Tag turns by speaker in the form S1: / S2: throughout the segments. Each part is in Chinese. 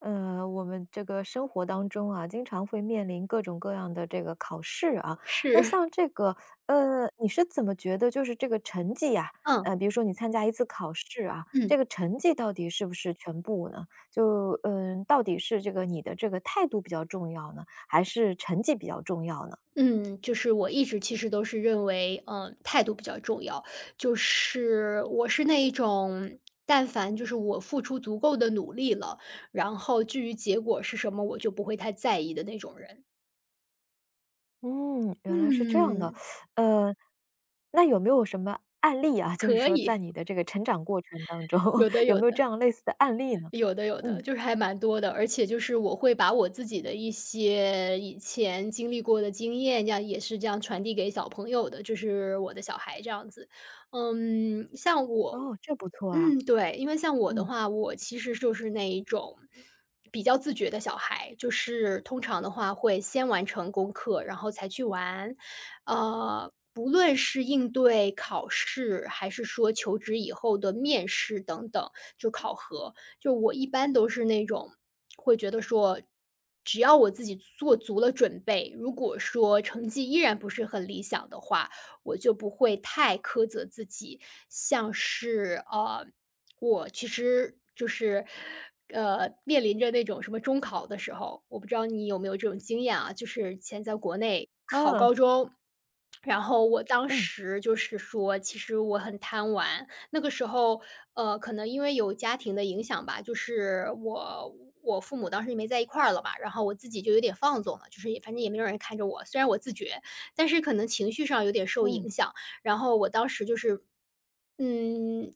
S1: 我们这个生活当中啊，经常会面临各种各样的这个考试啊。那
S2: 是，
S1: 像这个，你是怎么觉得就是这个成绩呀、
S2: 嗯，
S1: 比如说你参加一次考试啊，这
S2: 嗯，
S1: 个成绩到底是不是全部呢？就到底是这个你的这个态度比较重要呢，还是成绩比较重要呢？
S2: 嗯，就是我一直其实都是认为，态度比较重要。就是我是那一种，但凡就是我付出足够的努力了，然后至于结果是什么，我就不会太在意的那种人。
S1: 嗯，原来是这样的。
S2: 嗯，
S1: 呃，那有没有什么案例啊？就是
S2: 可
S1: 说在
S2: 以，
S1: 你的这个成长过程当中，
S2: 有的
S1: 有
S2: 有
S1: 没有这
S2: 的。
S1: 样类似的案例呢？
S2: 有的有的，
S1: 嗯。
S2: 就是还蛮多的，而且就是我会把我自己的一些以前经历过的经验，这样也是这样传递给小朋友的，就是我的小孩这样子。嗯，像我
S1: 哦，这不错啊。
S2: 嗯，对，因为像我的
S1: 嗯，
S2: 话，我其实就是那一种比较自觉的小孩，就是通常的话会先完成功课，然后才去玩。不论是应对考试，还是说求职以后的面试等等，就考核，就我一般都是那种会觉得说，只要我自己做足了准备，如果说成绩依然不是很理想的话，我就不会太苛责自己。像是，我其实就是，面临着那种什么中考的时候，我不知道你有没有这种经验啊，就是以前在国内考
S1: 嗯。
S2: 高中，然后我当
S1: 嗯，
S2: 时就是说，其实我很贪玩。那个时候，可能因为有家庭的影响吧，就是我父母当时也没在一块儿了嘛，然后我自己就有点放纵了，就是也反正也没有人看着我，虽然我自觉，但是可能情绪上有点受
S1: 嗯。
S2: 影响。然后我当时就是，嗯，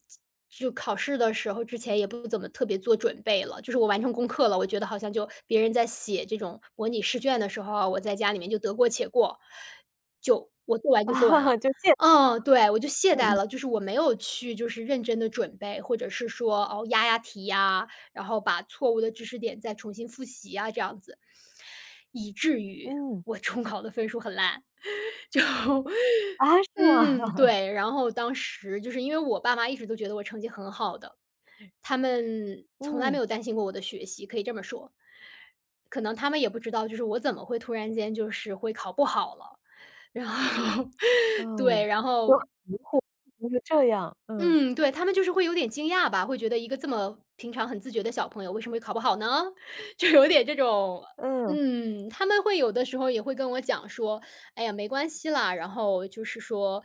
S2: 就考试的时候之前也不怎么特别做准备了，就是我完成功课了，我觉得好像就别人在写这种模拟试卷的时候啊我在家里面就得过且过，就我做完就做完了。
S1: 就现
S2: 嗯，对，我就懈
S1: 嗯
S2: 怠
S1: 嗯，
S2: 了，就是我没有去就是认真的准备，或者是说哦压压题呀、然后把错误的知识点再重新复习啊这样子。以至于
S1: 嗯。
S2: 我中考的分数很烂，就
S1: 啊，是吗？
S2: 嗯，对，然后当时就是因为我爸妈一直都觉得我成绩很好的，他们从来没
S1: 嗯。
S2: 有担心过我的学习，可以这么说。可能他们也不知道，就是我怎么会突然间就是会考不好了，然后
S1: 哦，
S2: 对，然
S1: 就很
S2: 后
S1: 迷糊，怎么是这样。嗯。
S2: 嗯，对，他们就是会有点惊讶吧，会觉得一个这么平常很自觉的小朋友，为什么会考不好呢？就有点这种
S1: 嗯，
S2: 他们会有的时候也会跟我讲说："哎呀，没关系啦。"然后就是说：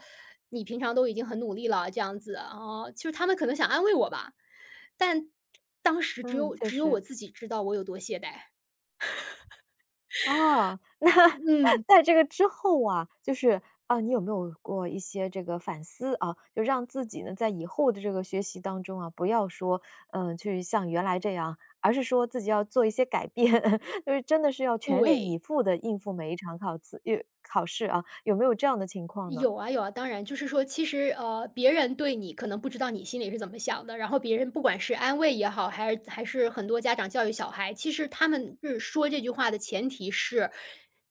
S2: “你平常都已经很努力了，这样子。"啊，就是他们可能想安慰我吧，但当时只
S1: 嗯，
S2: 有
S1: 确
S2: 只有我
S1: 实。
S2: 自己知道我有多懈怠。
S1: 哦，那
S2: 嗯，
S1: 在这个之后啊，就是啊，你有没有过一些这个反思啊，就让自己呢，在以后的这个学习当中啊，不要说，去像原来这样，而是说自己要做一些改变，就是真的是要全力以
S2: 对。
S1: 赴的应付每一场考试啊，有没有这样的情况呢？
S2: 有啊有啊，当然，就是说，其实别人对你可能不知道你心里是怎么想的，然后别人不管是安慰也好，还是很多家长教育小孩，其实他们是说这句话的前提是，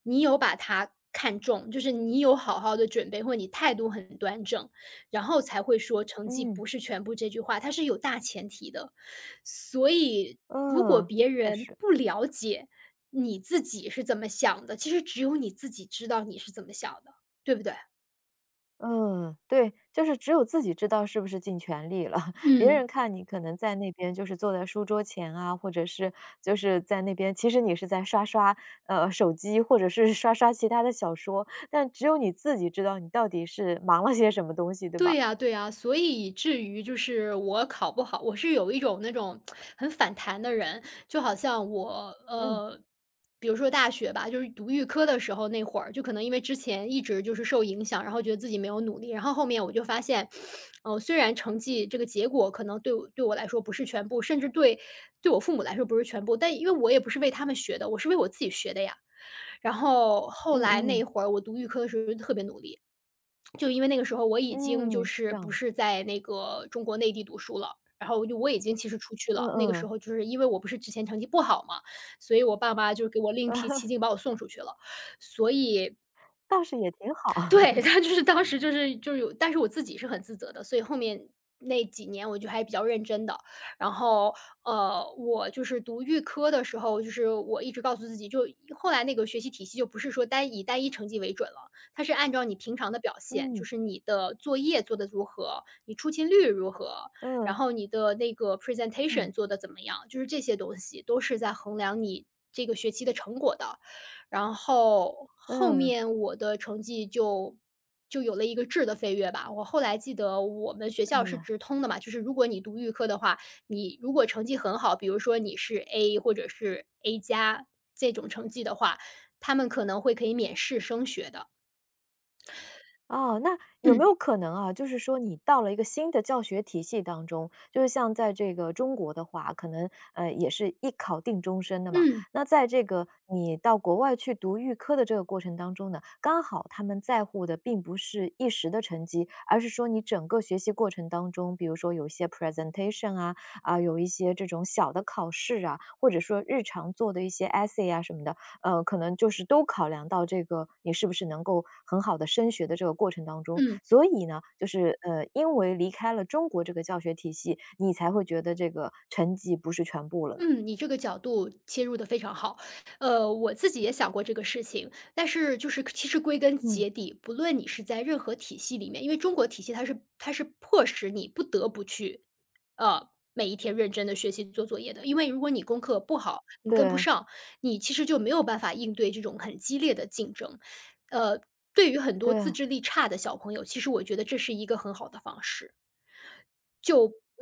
S2: 你有把他看重，就是你有好好的准备，或者你态度很端正，然后才会说成绩
S1: 嗯，
S2: 不是全部这句话，它是有大前提的。所以，如果
S1: 嗯，
S2: 别
S1: 确
S2: 人
S1: 实。
S2: 不了解你自己是怎么想的，其实只有你自己知道你是怎么想的，对不对？
S1: 嗯，对，就是只有自己知道是不是尽全力了，别
S2: 嗯，
S1: 人看你可能在那边就是坐在书桌前啊，或者是就是在那边，其实你是在刷刷手机，或者是刷刷其他的小说，但只有你自己知道你到底是忙了些什么东西，对
S2: 对
S1: 吧？
S2: 呀对呀，所以以至于就是我考不好，我是有一种那种很反弹的人，就好像我
S1: 嗯
S2: 比如说大学吧，就是读预科的时候那会儿，就可能因为之前一直就是受影响，然后觉得自己没有努力，然后后面我就发现，虽然成绩这个结果可能对我来说不是全部，甚至对我父母来说不是全部，但因为我也不是为他们学的，我是为我自己学的呀。然后后
S1: 嗯
S2: 来那一
S1: 嗯
S2: 会儿我读预科的时候就特别努力，就因为那个时候我已经就
S1: 嗯，是
S2: 是
S1: 这样
S2: 不
S1: 的，
S2: 是在那个中国内地读书了，然后就我已经其实出去
S1: 嗯
S2: 了。那个时
S1: 嗯，
S2: 候就是因为我不是之前成绩不好嘛，所以我爸妈就给我另辟蹊径把我送出去了。所以
S1: 倒是也挺好，
S2: 对，他就是当时就是有但是我自己是很自责的，所以后面那几年我就还比较认真的。然后，我就是读预科的时候，就是我一直告诉自己，就后来那个学习体系就不是说单以单一成绩为准了，它是按照你平常的表现，就
S1: 嗯
S2: 是你的作业做的如何，你出勤率如何，然
S1: 嗯
S2: 后你的那个
S1: 嗯
S2: presentation 做的怎么样，就是这些东西都是在衡量你这个学期的成果的。然后后
S1: 嗯
S2: 面我的成绩就有了一个质的飞跃吧。我后来记得我们学校是
S1: 嗯。
S2: 直通的嘛，就是如果你读预科的话，你如果成绩很好，比如说你是 A 或者是 A 加这种成绩的话，他们可能会可以免试升学的。
S1: 哦，那 有没
S2: 嗯
S1: 有可能啊，就是说你到了一个新的教学体系当中，就是像在这个中国的话，可能也是一考定终身的嘛。
S2: 嗯
S1: 那在这个你到国外去读预科的这个过程当中呢，刚好他们在乎的并不是一时的成绩，而是说你整个学习过程当中，比如说有一些 presentation 啊，有一些这种小的考试啊，或者说日常做的一些 essay 啊什么的，可能就是都考量到这个你是不是能够很好的升学的这个过程当中。
S2: 嗯。
S1: 所以呢，就是因为离开了中国这个教学体系，你才会觉得这个成绩不是全部了呢。
S2: 嗯，你这个角度切入的非常好。我自己也想过这个事情，但是就是其实归根
S1: 嗯，
S2: 结底，不论你是在任何体系里面，因为中国体系它是迫使你不得不去，每一天认真的学习做作业的。因为如果你功课不好，你跟不
S1: 对，
S2: 上，你其实就没有办法应对这种很激烈的竞争。呃，对于很多自
S1: 对，
S2: 制力差的小朋友，其实我觉得这是一个很好的方式。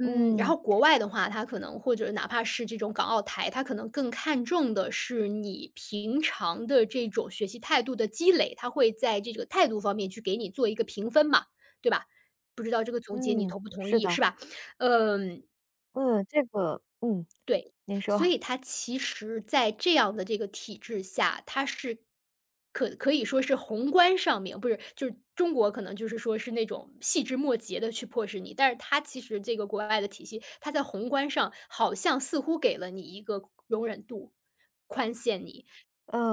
S2: 嗯，然
S1: 嗯，
S2: 后国外的话，他可能或者哪怕是这种港澳台，他可能更看重的是你平常的这种学习态度的积累，他会在这个态度方面去给你做一个评分嘛，对吧？不知道这个总结你
S1: 嗯，
S2: 同不同
S1: 是
S2: 意，
S1: 的，
S2: 是吧？嗯，
S1: 嗯，这个嗯，
S2: 对，
S1: 您
S2: 所
S1: 说。
S2: 以它其实在这样的这个体制下，它是可以说是宏观上面不是，就是中国可能就是说是那种细枝末节的去迫使你，但是它其实这个国外的体系，它在宏观上好像似乎给了你一个容忍度，宽限你，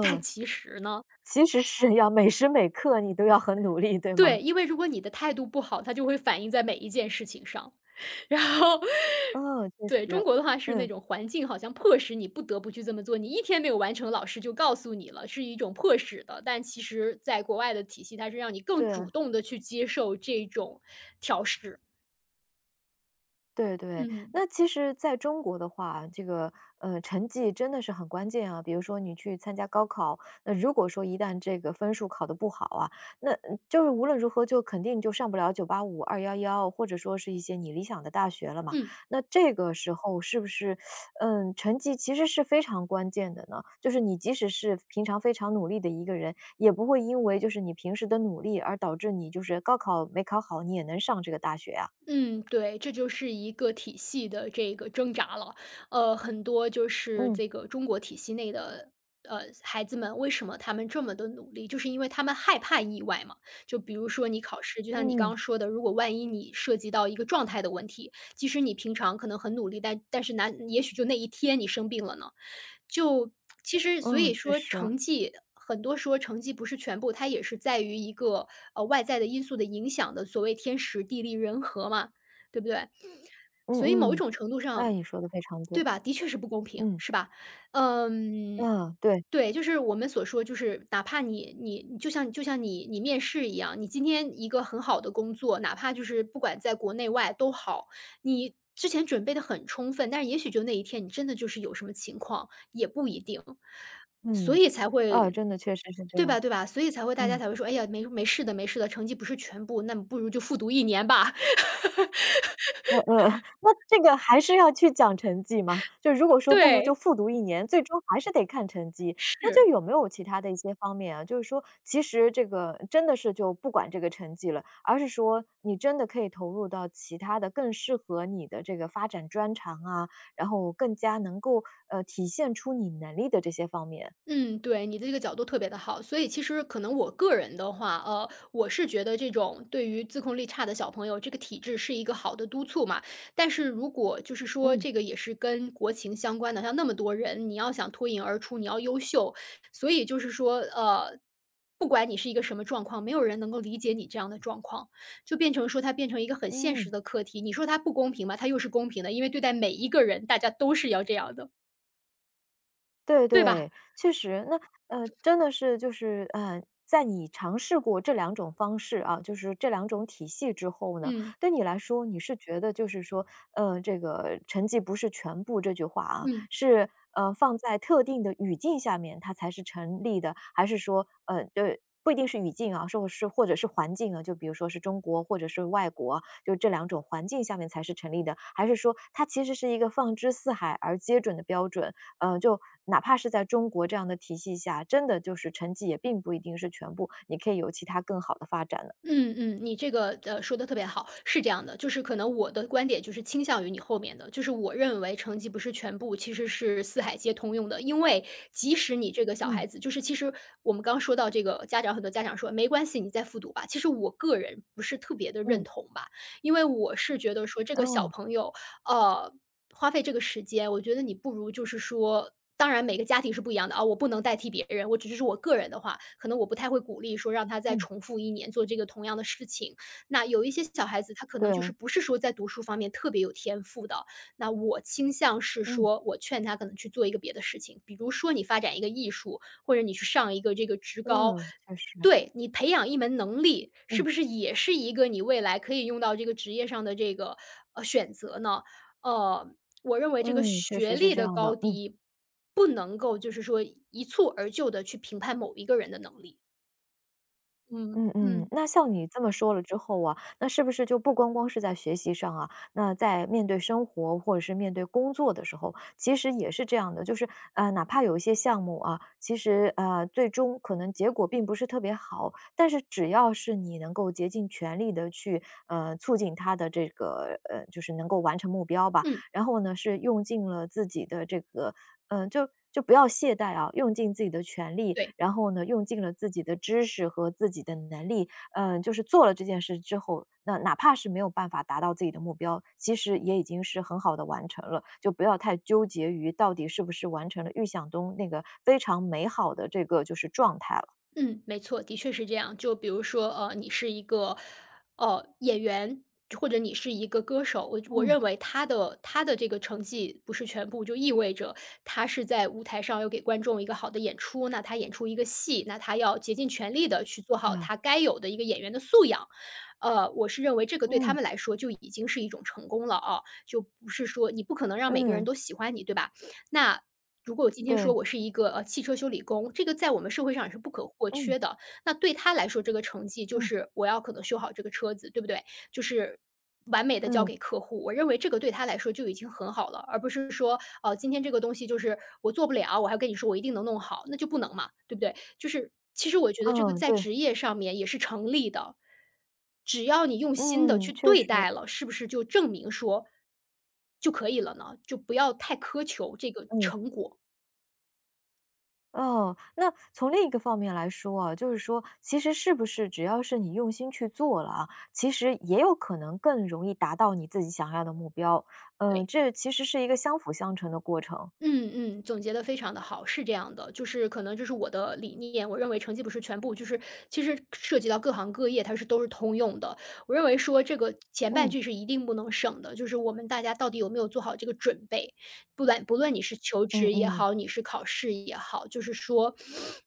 S2: 但其实呢
S1: 其实是要每时每刻你都要很努力，对吗？
S2: 对，因为如果你的态度不好，它就会反映在每一件事情上。然后
S1: 嗯，确
S2: 对，
S1: 实，
S2: 中国的话是那
S1: 嗯，
S2: 种环境好像迫使你不得不去这么做，你一天没有完成，老师就告诉你了，是一种迫使的。但其实在国外的体系，它是让你更
S1: 对。
S2: 主动的去接受这种调试。
S1: 对对，
S2: 嗯，
S1: 那其实在中国的话，这个成绩真的是很关键啊。比如说你去参加高考，那如果说一旦这个分数考得不好啊，那就是无论如何就肯定就上不了985、211，或者说是一些你理想的大学了嘛。
S2: 嗯。
S1: 那这个时候是不是，嗯，成绩其实是非常关键的呢？就是你即使是平常非常努力的一个人，也不会因为就是你平时的努力而导致你就是高考没考好，你也能上这个大学啊。
S2: 嗯，对，这就是一个体系的这个挣扎了。很多就是
S1: 嗯。
S2: 这个中国体系内的孩子们，为什么他们这么的努力，就是因为他们害怕意外嘛。就比如说你考试，就像你刚
S1: 嗯，
S2: 刚说的，如果万一你涉及到一个状态的问题，即使你平常可能很努力，但是难，也许就那一天你生病了呢，就其实所
S1: 嗯，
S2: 以
S1: 确
S2: 说
S1: 实，
S2: 成绩很多说成绩不是全部，它也是在于一个，外在的因素的影响的，所谓天时地利人和嘛，对不对？
S1: 嗯
S2: 所以某一
S1: 嗯，
S2: 种程度
S1: 哎，
S2: 上
S1: 你说的非常对，
S2: 对吧，的确是不公平，
S1: 嗯，
S2: 是吧？嗯，
S1: 啊，对，
S2: 对，就是我们所说，就是哪怕你就像你面试一样，你今天一个很好的工作，哪怕就是不管在国内外都好，你之前准备的很充分，但是也许就那一天你真的就是有什么情况，也不一定，所
S1: 嗯，
S2: 以才
S1: 啊，
S2: 会
S1: 真的确实是这
S2: 对
S1: 样，
S2: 吧对吧？所以才会大家
S1: 嗯，
S2: 才会说，哎呀，没事的没事的，成绩不是全部，那么不如就复读一年吧。
S1: 呃呃，那这个还是要去讲成绩吗？就如果说不如就
S2: 对，
S1: 复读一年，最终还是得看成绩，那
S2: 是。
S1: 就有没有其他的一些方面啊，就是说其实这个真的是就不管这个成绩了，而是说你真的可以投入到其他的更适合你的这个发展专长啊，然后更加能够，体现出你能力的这些方面，
S2: 嗯，对，你的这个角度特别的好。所以其实可能我个人的话，我是觉得这种对于自控力差的小朋友，这个体制是一个好的督促嘛。但是如果就是说
S1: 嗯。
S2: 这个也是跟国情相关的，像那么多人，你要想脱颖而出，你要优秀，所以就是说，不管你是一个什么状况，没有人能够理解你这样的状况，就变成说它变成一个很现实
S1: 嗯，
S2: 的课题。你说它不公平吧，它又是公平的，因为对待每一个人，大家都是要这样的，
S1: 对
S2: 对吧？
S1: 对，确实，那真的是就是在你尝试过这两种方式啊，就是这两种体系之后呢，
S2: 嗯，
S1: 对你来说，你是觉得就是说，这个成绩不是全部这句话啊，
S2: 嗯。
S1: 是放在特定的语境下面它才是成立的，还是说对？不一定是语境啊，或者是环境啊，就比如说是中国或者是外国啊，就这两种环境下面才是成立的，还是说它其实是一个放之四海而皆准的标准？就哪怕是在中国这样的体系下，真的就是成绩也并不一定是全部，你可以有其他更好的发展的。
S2: 嗯嗯，你这个说的特别好，是这样的，就是可能我的观点就是倾向于你后面的，就是我认为成绩不是全部，其实是四海皆通用的。因为即使你这个小
S1: 嗯，
S2: 孩子，就是其实我们刚说到这个家长，很多家长说没关系，你再复读吧。其实我个人不是特别的认
S1: 嗯，
S2: 同吧，因为我是觉得说这个小
S1: 嗯
S2: 朋友，呃，花费这个时间，我觉得你不如就是说当然每个家庭是不一样的啊，我不能代替别人，我只是说我个人的话，可能我不太会鼓励说让他再
S1: 嗯，
S2: 重复一年做这个同样的事情。那有一些小孩子，他可能就
S1: 对，
S2: 是不是说在读书方面特别有天赋的，那我倾向是
S1: 嗯，
S2: 说，我劝他可能去做一个别的事情，比如说你发展一个艺术，或者你去上一个这个职高。
S1: 嗯，确实，
S2: 对，你培养一门能力，是
S1: 嗯，
S2: 不是也是一个你未来可以用到这个职业上的这个，选择呢？呃，我认为这个
S1: 嗯，确
S2: 学
S1: 实是
S2: 历
S1: 这
S2: 的
S1: 样的，
S2: 高
S1: 嗯。
S2: 低，不能够就是说一蹴而就的去评判某一个人的能力。嗯。
S1: 嗯嗯，
S2: 嗯，
S1: 那像你这么说了之后啊，那是不是就不光光是在学习上啊，那在面对生活或者是面对工作的时候，其实也是这样的，就是哪怕有一些项目啊，其实最终可能结果并不是特别好，但是只要是你能够竭尽全力的去促进他的这个就是能够完成目标吧，
S2: 嗯，
S1: 然后呢是用尽了自己的这个就不要懈怠啊，用尽自己的全力，
S2: 对。
S1: 然后呢，用尽了自己的知识和自己的能力，嗯，就是做了这件事之后，那哪怕是没有办法达到自己的目标，其实也已经是很好的完成了。就不要太纠结于到底是不是完成了预想中那个非常美好的这个就是状态了。
S2: 嗯，没错，的确是这样。就比如说，你是一个，演员，或者你是一个歌手，我
S1: 嗯，
S2: 认为他的这个成绩不是全部，就意味着他是在舞台上要给观众一个好的演出，那他演出一个戏，那他要竭尽全力的去做
S1: 对，
S2: 好他该有的一个演员的素养。我是认为这个对他
S1: 嗯
S2: 们来说就已经是一种成功了啊，就不是说你不可能让每个人
S1: 嗯，
S2: 都喜欢你，对吧？那如果我今天说
S1: 对，
S2: 我是一个，汽车修理工，这个在我们社会上也是不可或
S1: 嗯
S2: 缺的。那对他来说，这个成绩就
S1: 嗯
S2: 是我要可能修好这个车子，对不对？就是完美的交
S1: 嗯
S2: 给客户，我认为这个对他来说就已经很好了，而不是说，今天这个东西就是我做不了，我还跟你说我一定能弄好，那就不能嘛，对不对？就是其实我觉得这个
S1: 嗯，
S2: 在
S1: 对，
S2: 职业上面也是成立的，只要你用心的
S1: 嗯，
S2: 去
S1: 确
S2: 对
S1: 实，
S2: 待了，是不是就证明说就可以了呢？就不要太苛求这个
S1: 嗯。
S2: 成果，
S1: 哦，那从另一个方面来说啊，就是说，其实是不是只要是你用心去做了啊，其实也有可能更容易达到你自己想要的目标。嗯，
S2: 对。
S1: 这其实是一个相辅相成的过程。
S2: 嗯嗯，总结的非常的好，是这样的，就是可能这是我的理念，我认为成绩不是全部，就是其实涉及到各行各业，它是都是通用的。我认为说这个前半
S1: 嗯，
S2: 句是一定不能省的，就是我们大家到底有没有做好这个准备，不管不论你是求
S1: 嗯
S2: 职也
S1: 嗯
S2: 好，你是考试也好，就是说，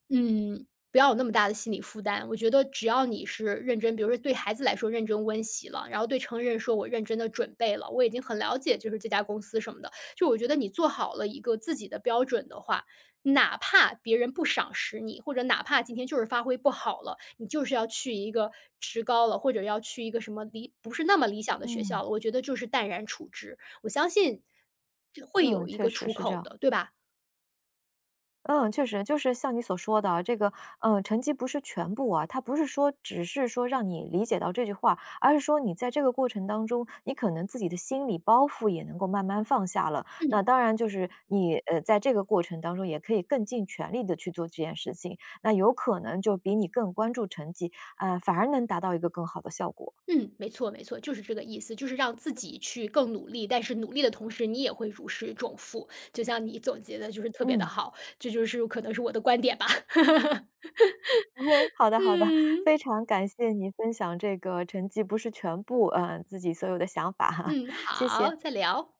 S2: 嗯，不要有那么大的心理负担。我觉得只要你是认真，比如说对孩子来说认真温习了，然后对成人说我认真的准备了，我已经很了解就是这家公司什么的。就我觉得你做好了一个自己的标准的话，哪怕别人不赏识你，或者哪怕今天就是发挥不好了，你就是要去一个职高了，或者要去一个什么理不是那么理想的学校
S1: 嗯，
S2: 了，我觉得就是淡然处之。我相信就会
S1: 嗯，
S2: 有一
S1: 确
S2: 个
S1: 实
S2: 出
S1: 是这
S2: 口
S1: 样。
S2: 的，对吧？
S1: 嗯，确实，就是像你所说的啊这个，嗯，成绩不是全部啊，它不是说只是说让你理解到这句话，而是说你在这个过程当中，你可能自己的心理包袱也能够慢慢放下了。那
S2: 嗯
S1: 当然就是你，在这个过程当中也可以更尽全力的去做这件事情，那有可能就比你更关注成绩，啊，反而能达到一个更好的效果。
S2: 嗯，没错没错，就是这个意思，就是让自己去更努力，但是努力的同时，你也会如释重负。就像你总结的，就是特别的
S1: 嗯，
S2: 好，这就是可能是我的观点吧。
S1: 好的好的，
S2: 嗯。
S1: 非常感谢你分享这个成绩不是全部，嗯，自己所有的想法，
S2: 嗯，
S1: 谢谢。
S2: 好，再聊。